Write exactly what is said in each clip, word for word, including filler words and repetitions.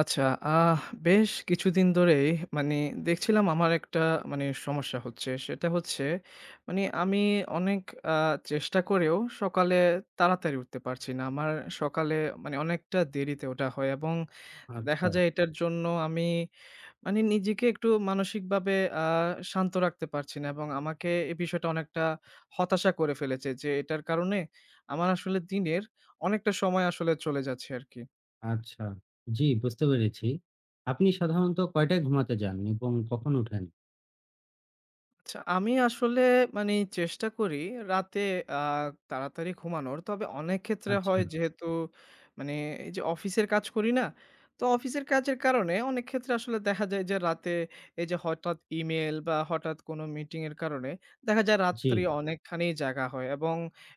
আচ্ছা, আহ বেশ কিছুদিন ধরেই মানে দেখছিলাম আমার একটা মানে সমস্যা হচ্ছে। সেটা হচ্ছে মানে আমি অনেক আ চেষ্টা করেও সকালে তাড়াতাড়ি উঠতে পারছি না। আমার সকালে মানে অনেকটা দেরিতে ওঠা হয় এবং দেখা আচ্ছা, যায় এটার জন্য আমি মানে নিজেকে একটু মানসিকভাবে আ শান্ত রাখতে পারছি না, এবং আমাকে এই বিষয়টা অনেকটা হতাশা করে ফেলেছে যে এটার কারণে আমার আসলে দিনের অনেকটা সময় আসলে চলে যাচ্ছে আরকি। আচ্ছা। জি, বুঝতে পেরেছি। আপনি সাধারণত কয়টায় ঘুমাতে যান এবং কখন উঠেন? আচ্ছা, আমি আসলে মানে চেষ্টা করি রাতে আ তাড়াতাড়ি ঘুমানোর। তবে অনেক ক্ষেত্রে আচ্ছা, হয় যেহেতু মানে এই যে অফিসের কাজ করি না? তো অফিসের কাজের কারণে অনেক ক্ষেত্রে আসলে দেখা যায় যে রাতে এই যে হঠাৎ ইমেইল বা হঠাৎ কোনো মিটিং এর কারণে দেখা যায় জি। রাত্রি অনেকখানি জাগা হয়, এবং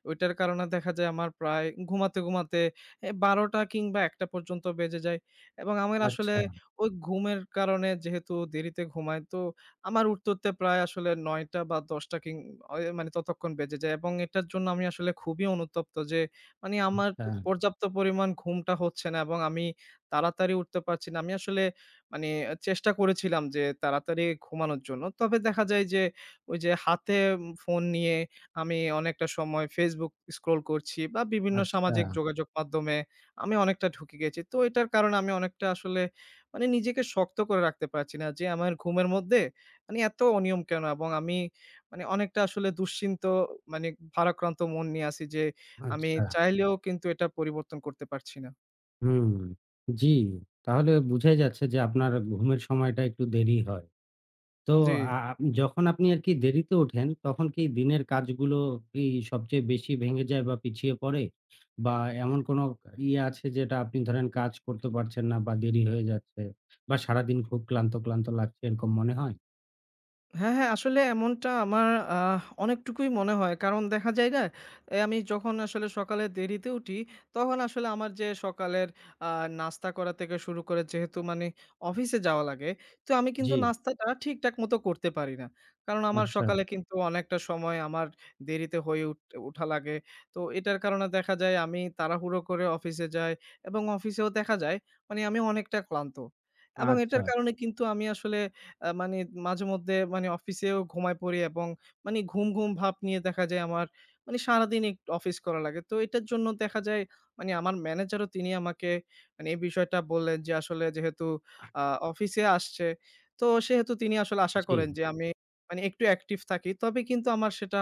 ওইটার কারণে দেখা যায় আমার প্রায় ঘুমাতে, ঘুমাতে এ বারোটা কিংবা একটা পর্যন্ত বেজে যায়, এবং আমার আসলে আচ্ছা, ওই ঘুমের কারণে যেহেতু দেরিতে ঘুমাই, তো আমার উঠতে, উঠতে প্রায় আসলে নয়টা বা দশটা কিং অয় মানে ততক্ষণ বেজে যায়, এবং এটার জন্য আমি আসলে খুবই অনুতপ্ত যে মানে আমার আচ্ছা, পর্যাপ্ত পরিমাণ ঘুমটা হচ্ছে না এবং আমি তাড়াতাড়ি উঠতে পারছি না। আমি আসলে মানে চেষ্টা করেছিলাম যে তাড়াতাড়ি ঘুমানোর জন্য। তবে দেখা যায় যে ওই যে হাতে ফোন নিয়ে আমি অনেকটা সময় Facebook স্ক্রল করছি বা বিভিন্ন আচ্ছা, সামাজিক যোগাযোগ মাধ্যমে আমি অনেকটা ঢুকে গেছি। তো এটার কারণে আমি অনেকটা আসলে মানে নিজেকে শক্ত করে রাখতে পারছি না যে আমার ঘুমের মধ্যে মানে এত অনিয়ম কেন? এবং আমি মানে অনেকটা আসলে দুশ্চিন্ত মানে ভারাক্রান্ত মন নিয়ে আছি যে, আমি আচ্ছা। চাইলেও কিন্তু এটা পরিবর্তন করতে পারছি না। হুম, জি। তাহলে বুঝাই যাচ্ছে যে আপনার ঘুমের সময়টা একটু দেরি হয়। তো জি। আ আ- যখন আপনি আরকি দেরিতে ওঠেন, তখন কি দিনের কাজগুলো কি সবচেয়ে বেশি ভেঙে যায় বা পিছিয়ে পড়ে? বা এমন কোনো ইয়ে আছে যেটা আপনি ধরেন কাজ করতে পারছেন না বা দেরি হয়ে যাচ্ছে বা সারাদিন খুব ক্লান্ত, ক্লান্ত লাগছে এরকম মনে হয়? হ্যাঁ, হ্যাঁ, আসলে এমনটা আমার আহ অনেকটুকুই মনে হয়। কারণ দেখা যায় না, এ আমি যখন আসলে সকালে দেরিতে উঠি, তখন আসলে আমার যে সকালের আ নাস্তা করা থেকে শুরু করে যেহেতু মানে অফিসে যাওয়া লাগে, তো আমি জি, কিন্তু নাস্তাটা ঠিকঠাক মতো করতে পারি না। কারণ আমার আচ্ছা, সকালে কিন্তু অনেকটা সময় আমার দেরিতে হয়ে উঠ উঠা লাগে। তো এটার কারণে দেখা যায় আমি তাড়াহুড়ো করে অফিসে যাই, এবং অফিসেও দেখা যায় মানে আমি অনেকটা ক্লান্ত, এবং আচ্ছা, এটার কারণে কিন্তু আমি আসলে আ মানে মাঝেমধ্যে মানে অফিসেও ঘুমায় পড়ি, এবং মানে ঘুম, ঘুম ভাব নিয়ে দেখা যায় আমার মানে সারাদিন একটু অফিস করা লাগে। তো এটার জন্য দেখা যায় মানে আমার ম্যানেজারও তিনি আমাকে মানে এই বিষয়টা বললেন যে আসলে যেহেতু আ অফিসে আসছে, তো সেহেতু তিনি আসলে আশা জি, করেন যে আমি মানে একটু অ্যাক্টিভ থাকি। তবে কিন্তু আমার সেটা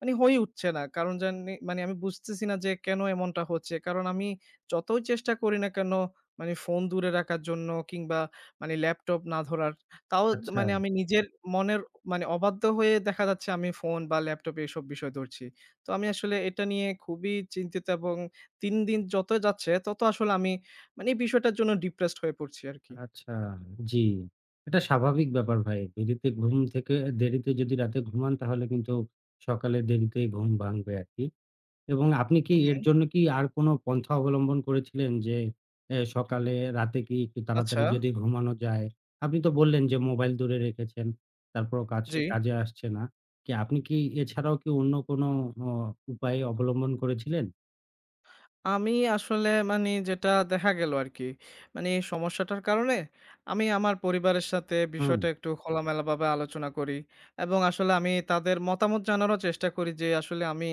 মানে হয়ে উঠছে না। কারণ জানি মানে আমি বুঝতেছি না যে কেন এমনটা হচ্ছে। কারণ আমি যতই চেষ্টা করি না কেন মানে ফোন দূরে রাখার জন্য কিংবা মানে ল্যাপটপ না ধরার, তাও আচ্ছা, মানে আমি নিজের মনের মানে অবাধ্য হয়ে দেখা যাচ্ছে আমি ফোন বা ল্যাপটপে এসব বিষয় ধরছি। তো আমি আসলে এটা নিয়ে খুবই চিন্তিত, এবং তিন দিন যত যাচ্ছে তত আসলে আমি মানে এই বিষয়টার জন্য ডিপ্রেসড হয়ে পড়ছি আরকি। আচ্ছা, জি। এটা স্বাভাবিক ব্যাপার ভাই। দেরিতে ঘুম থেকে দেরিতে যদি রাতে ঘুমান তাহলে কিন্তু সকালে দেরিতেই ঘুম ভাঙবে আরকি। এবং আপনি কি হু, এর হু। জন্য কি আর কোনো পন্থা অবলম্বন করেছিলেন যে, এ সকালে রাতে কি একটু আচ্ছা, তাড়াতাড়ি যদি ঘুমানো যায়? আপনি তো বললেন যে মোবাইল দূরে রেখেছেন, তারপরেও কাছে জি। কাজে আসছে না। কি আপনি কি এছাড়াও কি অন্য কোনো অ উপায় অবলম্বন করেছিলেন? আমি আসলে মানে যেটা দেখা গেল আরকি, মানে এই সমস্যাটার কারণে আমি আমার পরিবারের সাথে হুম, বিষয়টা একটু খোলামেলাভাবে আলোচনা করি, এবং আসলে আমি তাদের মতামত জানারও চেষ্টা করি যে আসলে আমি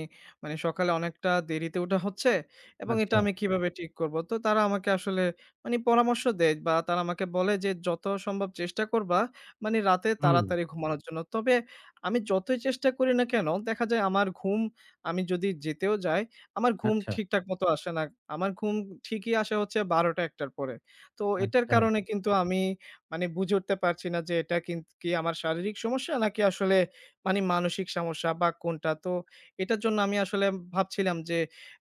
মানে সকালে অনেকটা দেরিতে উঠা হচ্ছে, এবং এটা আচ্ছা, আমি কিভাবে ঠিক করব। তো তারা আমাকে আসলে মানে পরামর্শ দেয় বা তারা আমাকে বলে যে, "যত সম্ভব চেষ্টা করবা মানে রাতে হুম, তাড়াতাড়ি ঘুমানোর জন্য।" তবে আমি যতই চেষ্টা করি না কেন দেখা যায় আমার ঘুম আমি যদি যেতেও যাই আমার ঘুম আচ্ছা, ঠিকঠাক মতো আসে না। আমার ঘুম ঠিকই আসে হচ্ছে বারোটা একটা টার পরে। তো এটার আচ্ছা, কারণে কিন্তু আমি মানে বুঝে উঠতে পারছি না যে এটা কিন কি আমার শারীরিক সমস্যা নাকি আসলে মানে মানসিক সমস্যা বা কোনটা। তো এটার জন্য আমি আসলে ভাবছিলাম যে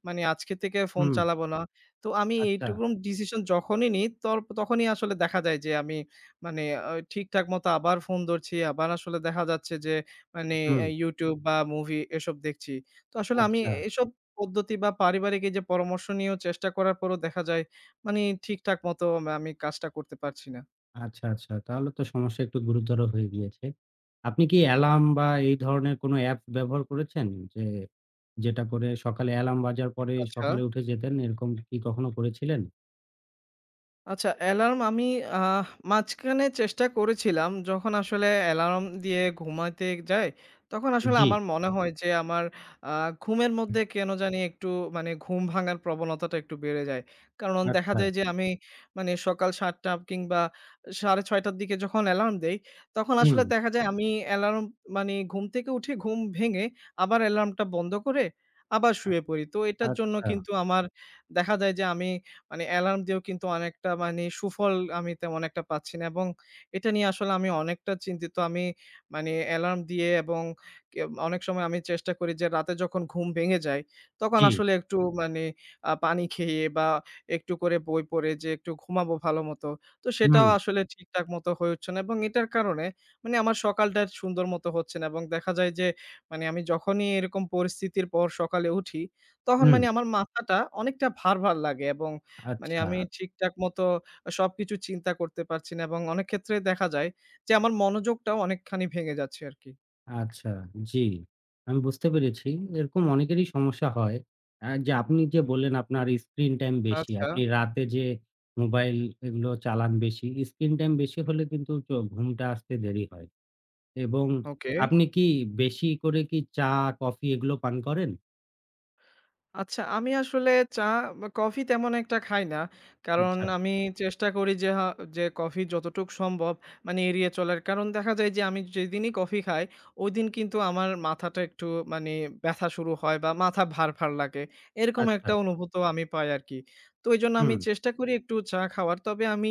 মানে আজকে থেকে ফোন হুম, চালাবো না। তো আমি আচ্ছা, এইটুকুম ডিসিশন যখনই নিই তর তখনই আসলে দেখা যায় যে আমি মানে আ ঠিকঠাক মতো আবার ফোন ধরছি। আবার আসলে দেখা যাচ্ছে যে মানে হুম, আ YouTube বা মুভি এসব দেখছি। তো আসলে আমি আচ্ছা। এসব পদ্ধতি বা পারিবারিক এই যে পরামর্শ নিয়েও চেষ্টা করার পরও দেখা যায়, মানি ঠিকঠাক মতো আমি কাজটা করতে পারছি না। আচ্ছা, আচ্ছা। তাহলে তো সমস্যা একটু গুরুতর হয়ে গিয়েছে। আপনি কি অ্যালার্ম বা এই ধরনের কোনো অ্যাপ ব্যবহার করেছেন? যে যেটা করে সকালে অ্যালার্ম বাজার পরে আচ্ছা। সকালে উঠে যেতেন, এরকম কি কখনো করেছিলেন? আচ্ছা, অ্যালার্ম আমি আহ মাঝখানে চেষ্টা করেছিলাম। যখন আসলে অ্যালার্ম দিয়ে ঘুমাতে যাই, তখন আসলে জি, আমার মনে হয় যে আমার আ ঘুমের মধ্যে কেন জানি একটু মানে ঘুম ভাঙার প্রবণতাটা একটু বেড়ে যায়। কারণ দেখা আচ্ছা। যায় যে আমি মানে সকাল সাতটা টা কিংবা সাড়ে ছয় টার দিকে যখন অ্যালার্ম দেই, তখন হুম, আসলে দেখা যায় আমি অ্যালার্ম মানে ঘুম থেকে উঠে ঘুম ভেঙে আবার অ্যালার্মটা বন্ধ করে আবার আ শুয়ে পড়ি। তো এটার জন্য আচ্ছা। কিন্তু আমার দেখা যায় যে আমি মানে অ্যালার্ম দিয়েও কিন্তু অনেকটা মানে সুফল আমি তেমন একটা পাচ্ছি না, এবং এটা নিয়ে আসলে আমি অনেকটা চিন্তিত। আমি মানে অ্যালার্ম দিয়ে এবং কে অনেক সময় আমি চেষ্টা করি যে রাতে যখন ঘুম ভেঙে যায়, তখন জি, আসলে একটু মানে আ পানি খেয়ে বা একটু করে বই পড়ে যে একটু ঘুমাবো ভালো মতো। তো হুম, সেটাও আসলে ঠিকঠাক মতো হয়ে উঠছে না, এবং এটার কারণে মানে আমার সকালটা সুন্দর মতো হচ্ছে না, এবং দেখা যায় যে মানে আমি যখনই এরকম পরিস্থিতির পর সকালে উঠি, তখন হুম, মানে আমার মাথাটা অনেকটা ভার, ভার লাগে, এবং মানে আচ্ছা। আমি ঠিকঠাক মতো সবকিছু চিন্তা করতে পারছি না, এবং অনেক ক্ষেত্রে দেখা যায় যে, আমার মনোযোগটাও অনেকখানি ভেঙে যাচ্ছে আরকি। আচ্ছা, জি। আমি বুঝতে পেরেছি। এরকম অনেকেরই সমস্যা হয়। আ যে আপনি যে বললেন আপনার স্ক্রিন টাইম বেশি। আচ্ছা, আপনি রাতে যে মোবাইল এগুলো চালান বেশি, স্ক্রিন টাইম বেশি হলে কিন্তু চ ঘুমটা আসতে দেরি হয়। এবং ওকে। আপনি কি বেশি করে কি চা, কফি এগুলো পান করেন? আচ্ছা, আমি আসলে চা বা কফি তেমন একটা খাই না। কারণ আচ্ছা, আমি চেষ্টা করি যে হা যে কফি যতটুক সম্ভব মানে এড়িয়ে চলার। কারণ দেখা যায় যে আমি যেদিনই কফি খাই, ওইদিন কিন্তু আমার মাথাটা একটু মানে ব্যথা শুরু হয় বা মাথা ভার, ভার লাগে। এরকম আচ্ছা। একটা অনুভূত আমি পাই আরকি। তো এজন্য আমি হুম, চেষ্টা করি একটু চা খাওয়ার। তবে আমি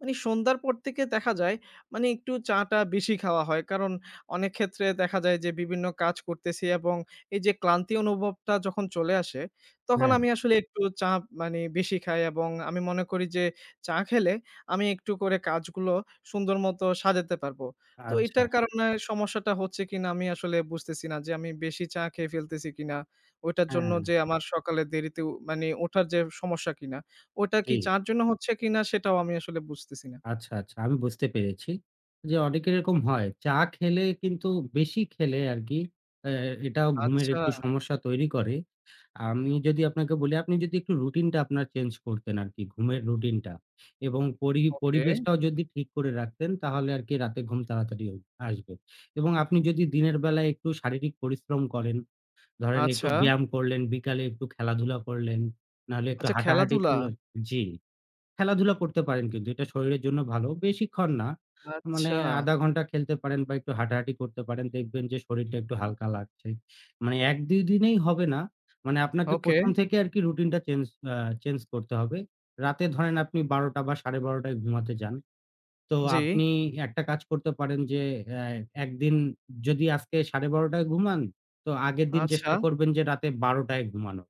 মানে সন্ধ্যার পর থেকে দেখা যায় মানে একটু চা টা বেশি খাওয়া হয়। কারণ অনেক ক্ষেত্রে দেখা যায় যে বিভিন্ন কাজ করতেছি, এবং এই যে ক্লান্তি অনুভবটা যখন চলে আসে, তখন হ্যাঁ, আমি আসলে একটু চা মানে বেশি খাই, এবং আমি মনে করি যে চা খেলে আমি একটু করে কাজগুলো সুন্দর মতো সাজাতে পারবো। তো আচ্ছা, এটার কারণে সমস্যাটা হচ্ছে কিনা আমি আসলে বুঝতেছি না যে আমি বেশি চা খেয়ে ফেলতেছি কিনা? ওইটার জন্য হ্যাঁ, যে আমার সকালে দেরিতে উ মানে ওঠার যে সমস্যা কিনা? ওটা কি জি। চা'র জন্য হচ্ছে কিনা সেটাও আমি আসলে বুঝতেছি না। আচ্ছা, আচ্ছা। আমি বুঝতে পেরেছি। যে অনেকের এরকম হয়। চা খেলে কিন্তু বেশি খেলে আরকি অ্যা এটাও ঘুমের আচ্ছা, একটু সমস্যা তৈরি করে। আমি যদি আপনাকে বলি, আপনি যদি একটু রুটিনটা আপনার চেঞ্জ করতেন আরকি, ঘুমের রুটিনটা এবং পরি ওকে। পরিবেশটাও যদি ঠিক করে রাখতেন, তাহলে আরকি রাতে ঘুম তাড়াতাড়ি হ আসবে এবং আপনি যদি দিনের বেলায় একটু শারীরিক পরিশ্রম করেন, ধরেন একটু আচ্ছা, ব্যায়াম করলেন, বিকালে একটু খেলাধুলা করলেন, নাহলে একটু আচ্ছা, হাঁটাহাঁটি খেলাধুলা। করলেন। জি। খেলাধুলা করতে পারেন কিন্তু এটা শরীরের জন্য ভালো। বেশিক্ষণ না। মানে আচ্ছা, আধা ঘন্টা খেলতে পারেন বা একটু হাঁটাহাঁটি করতে পারেন। দেখবেন যে শরীরটা একটু হালকা লাগছে। মানে এক দুই দিনেই হবে না। মানে আপনাকে ওকে, প্রথম থেকে আরকি রুটিনটা চেঞ্জ আ চেঞ্জ করতে হবে। রাতে ধরেন আপনি বারোটা বা সাড়ে বারোটা ঘুমাতে যান। তো জি, আপনি একটা কাজ করতে পারেন যে অ্যা একদিন যদি আজকে সাড়ে বারোটা টায় ঘুমান, তো আগের দিন আচ্ছা। চেষ্টা করবেন যে রাতে বারোটা টায় ঘুমানোর।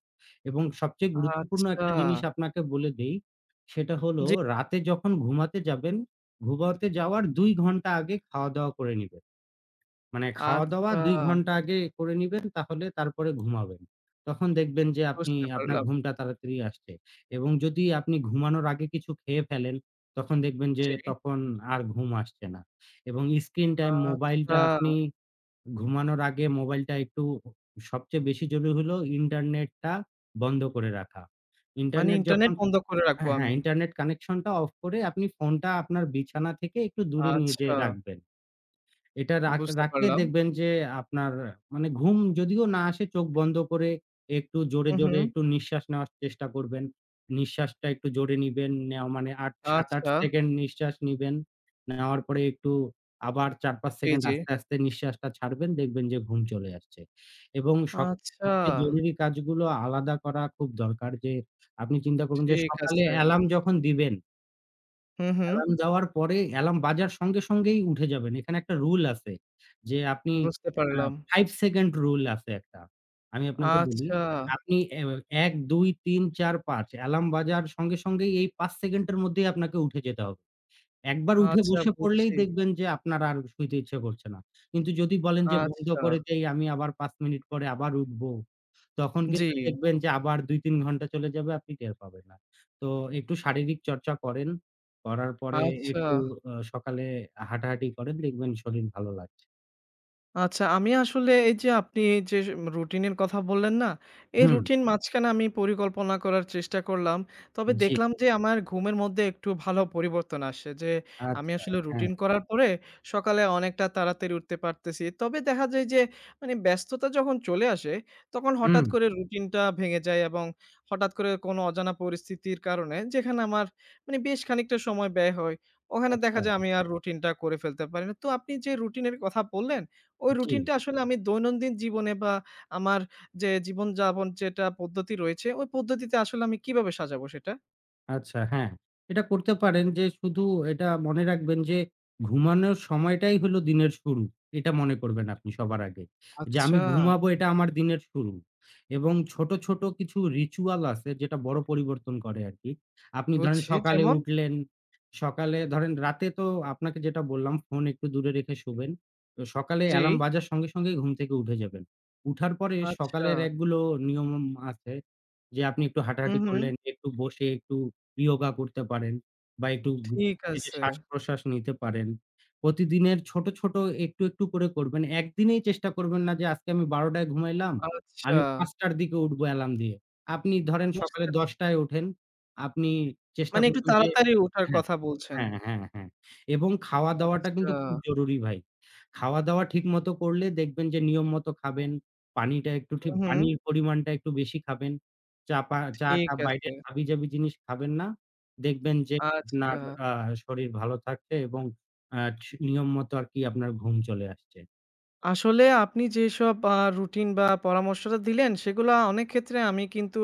এবং সবচেয়ে গুরুত্বপূর্ণ আচ্ছা। একটা জিনিস আপনাকে বলে দেই, সেটা হলো জি, রাতে যখন ঘুমাতে যাবেন, ঘুমাতে যাওয়ার দুই ঘন্টা আগে খাওয়া-দাওয়া করে নিবেন। মানে খাওয়া-দাওয়া আচ্ছা, দুই ঘন্টা আগে করে নিবেন, তাহলে তারপরে ঘুমাবেন। তখন দেখবেন যে আপনি বুঝতে আপনার পারলাম। ঘুমটা তাড়াতাড়ি আসছে। এবং যদি আপনি ঘুমানোর আগে কিছু খেয়ে ফেলেন, তখন দেখবেন যে জি, তখন আর ঘুম আসছে না। এবং স্ক্রিন টাইম মোবাইলটা আচ্ছা। আপনি ঘুমানোর আগে মোবাইলটা একটু সবচেয়ে বেশি জরুরি হলো ইন্টারনেটটা বন্ধ করে রাখা। মানে ইন্টারনেট ইন্টারনেট যখন বন্ধ করে রাখবো হ্যাঁ, আমি। ইন্টারনেট কানেকশনটা অফ করে আপনি ফোনটা আপনার বিছানা থেকে একটু দূরে নিয়ে আচ্ছা, যেয়ে রাখবেন। এটা রাখ বুঝতে রাখলে পারলাম। দেখবেন যে আপনার মানে ঘুম যদিও না আসে চোখ বন্ধ করে একটু জোরে, হুম, জোরে হুম। একটু নিঃশ্বাস নেওয়ার চেষ্টা করবেন। নিঃশ্বাসটা একটু জোরে নিবেন। নেওয়া মানে আট সাত আট আচ্ছা, সেকেন্ড নিঃশ্বাস নিবেন। নেওয়ার পরে একটু আবার চার পাঁচ জি, সেকেন্ড জি। আস্তে, আস্তে নিঃশ্বাসটা ছাড়বেন। দেখবেন যে ঘুম চলে আসছে। এবং সব আচ্ছা, সবচেয়ে জরুরি কাজগুলো আলাদা করা খুব দরকার যে আপনি চিন্তা করুন যে ঠিক সকালে আছে। অ্যালার্ম যখন দিবেন হুম, হুম। অ্যালার্ম দেওয়ার পরে অ্যালার্ম বাজার সঙ্গে, সঙ্গেই উঠে যাবেন। এখানে একটা রুল আছে যে আপনি বুঝতে আ পারলাম। পাঁচ সেকেন্ড রুল আছে একটা। আমি আপনাকে বলি, আচ্ছা, আপনি এ এক, দুই, তিন, চার, পাঁচ অ্যালার্ম বাজার সঙ্গে, সঙ্গেই এই পাঁচ সেকেন্ডের মধ্যেই আপনাকে উঠে যেতে হবে। একবার উঠে আচ্ছা, বসে পড়লেই বুঝছি। দেখবেন যে আপনার আর শুইতে ইচ্ছে করছে না। কিন্তু যদি বলেন যে বন্ধ আচ্ছা, করে দেই আমি আবার পাঁচ মিনিট পরে আবার উঠবো। তখন জি, কিন্তু দেখবেন যে আবার দুই তিন ঘন্টা চলে যাবে আপনি টের পাবেন না। তো একটু শারীরিক চর্চা করেন। করার পরে আচ্ছা। একটু আ সকালে হাঁটাহাঁটি করেন দেখবেন শরীর ভালো লাগছে। আচ্ছা, আমি আসলে এই যে আপনি এই যে রুটিনের কথা বললেন না? এই হুম, রুটিন, হুম। মাঝখানে আমি পরিকল্পনা করার চেষ্টা করলাম। তবে জি। দেখলাম যে আমার ঘুমের মধ্যে একটু ভালো পরিবর্তন আসে। যে আমি আচ্ছা, আসলে হ্যাঁ। রুটিন করার পরে সকালে অনেকটা তাড়াতাড়ি উঠতে পারতেছি। তবে দেখা যায় যে মানে ব্যস্ততা যখন চলে আসে, তখন হঠাৎ হুম, করে রুটিনটা ভেঙে যায়, এবং হঠাৎ করে কোনো অজানা পরিস্থিতির কারণে যেখানে আমার মানে বেশ খানিকটা সময় ব্যয় হয়। ওখানে আচ্ছা, দেখা যায় আমি আর রুটিনটা করে ফেলতে পারি না। তো আপনি যে রুটিনের কথা বললেন, ওই জি। রুটিনটা আসলে আমি দৈনন্দিন জীবনে বা আমার যে জীবনযাপন যেটা পদ্ধতি রয়েছে, ওই পদ্ধতিতে আসলে আমি কিভাবে সাজাবো সেটা? আচ্ছা হ্যাঁ, এটা করতে পারেন যে শুধু এটা মনে রাখবেন যে ঘুমানোর সময়টাই হলো দিনের শুরু। এটা মনে করবেন আপনি সবার আগে। যে আমি আচ্ছা, ঘুমাবো এটা আমার দিনের শুরু। এবং ছোট, ছোট কিছু রিচুয়াল আছে যেটা বড় পরিবর্তন করে আরকি। আপনি ধরেন বুঝছি। সকালে যেমন? উঠলেন, সকালে ধরেন রাতে তো আপনাকে যেটা বললাম ফোন একটু দূরে রেখে শোবেন। তো সকালে জি। অ্যালার্ম বাজার সঙ্গে, সঙ্গেই ঘুম থেকে উঠে যাবেন। উঠার পরে আচ্ছা। সকালের একগুলো নিয়ম আছে যে আপনি একটু হুম, হাঁটাহাঁটি হুম। করলেন, একটু বসে একটু ইয়োগা করতে পারেন বা একটু ঘু ঠিক নিজে আছে। শ্বাস-প্রশ্বাস নিতে পারেন। প্রতিদিনের ছোট, ছোট একটু, একটু করে করবেন। একদিনেই চেষ্টা করবেন না যে আজকে আমি বারো টায় ঘুমাইলাম, আচ্ছা, আমি পাঁচ টার দিকে উঠবো অ্যালার্ম দিয়ে। আপনি ধরেন সকালে বুঝতে পা দশ টায় ওঠেন, আপনি চেষ্টা মানে একটু করবেন যে তাড়াতাড়ি ওঠার হ্যাঁ। কথা বলছেন। হ্যাঁ, হ্যাঁ, হ্যাঁ। হ্যাঁ। এবং খাওয়া-দাওয়াটা আচ্ছা। কিন্তু খুব জরুরি ভাই। খাওয়া-দাওয়া ঠিকমতো করলে দেখবেন যে নিয়ম মতো খাবেন, পানিটা একটু ঠিক হুম, হুম। পানির পরিমাণটা একটু বেশি খাবেন। চা পা ঠিক চা-টা আছে। বাইরের হাবিজাবি জিনিস খাবেন না। দেখবেন যে আপনার আচ্ছা। আ শরীর ভালো থাকছে এবং আ ঠি নিয়ম মতো আরকি আপনার ঘুম চলে আসছে। আসলে আপনি যেসব আ রুটিন বা পরামর্শটা দিলেন, সেগুলা অনেক ক্ষেত্রে আমি কিন্তু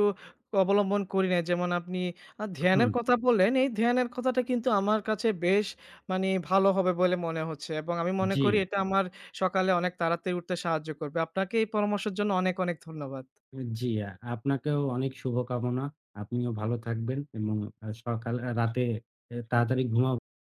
অবলম্বন করি নাই। যেমন আপনি আ হুম, ধ্যানের কথা বললেন, এই ধ্যানের কথাটা কিন্তু আমার কাছে বেশ মানে ভালো হবে বলে মনে হচ্ছে, এবং আমি মনে জি, করি এটা আমার সকালে অনেক তাড়াতাড়ি উঠতে সাহায্য করবে। আপনাকে এই পরামর্শের জন্য অনেক, অনেক ধন্যবাদ। জি। আপনাকেও অনেক শুভকামনা। আপনিও ভালো থাকবেন এবং আ সকাল রাতে এ তাড়াতাড়ি ঘুমাব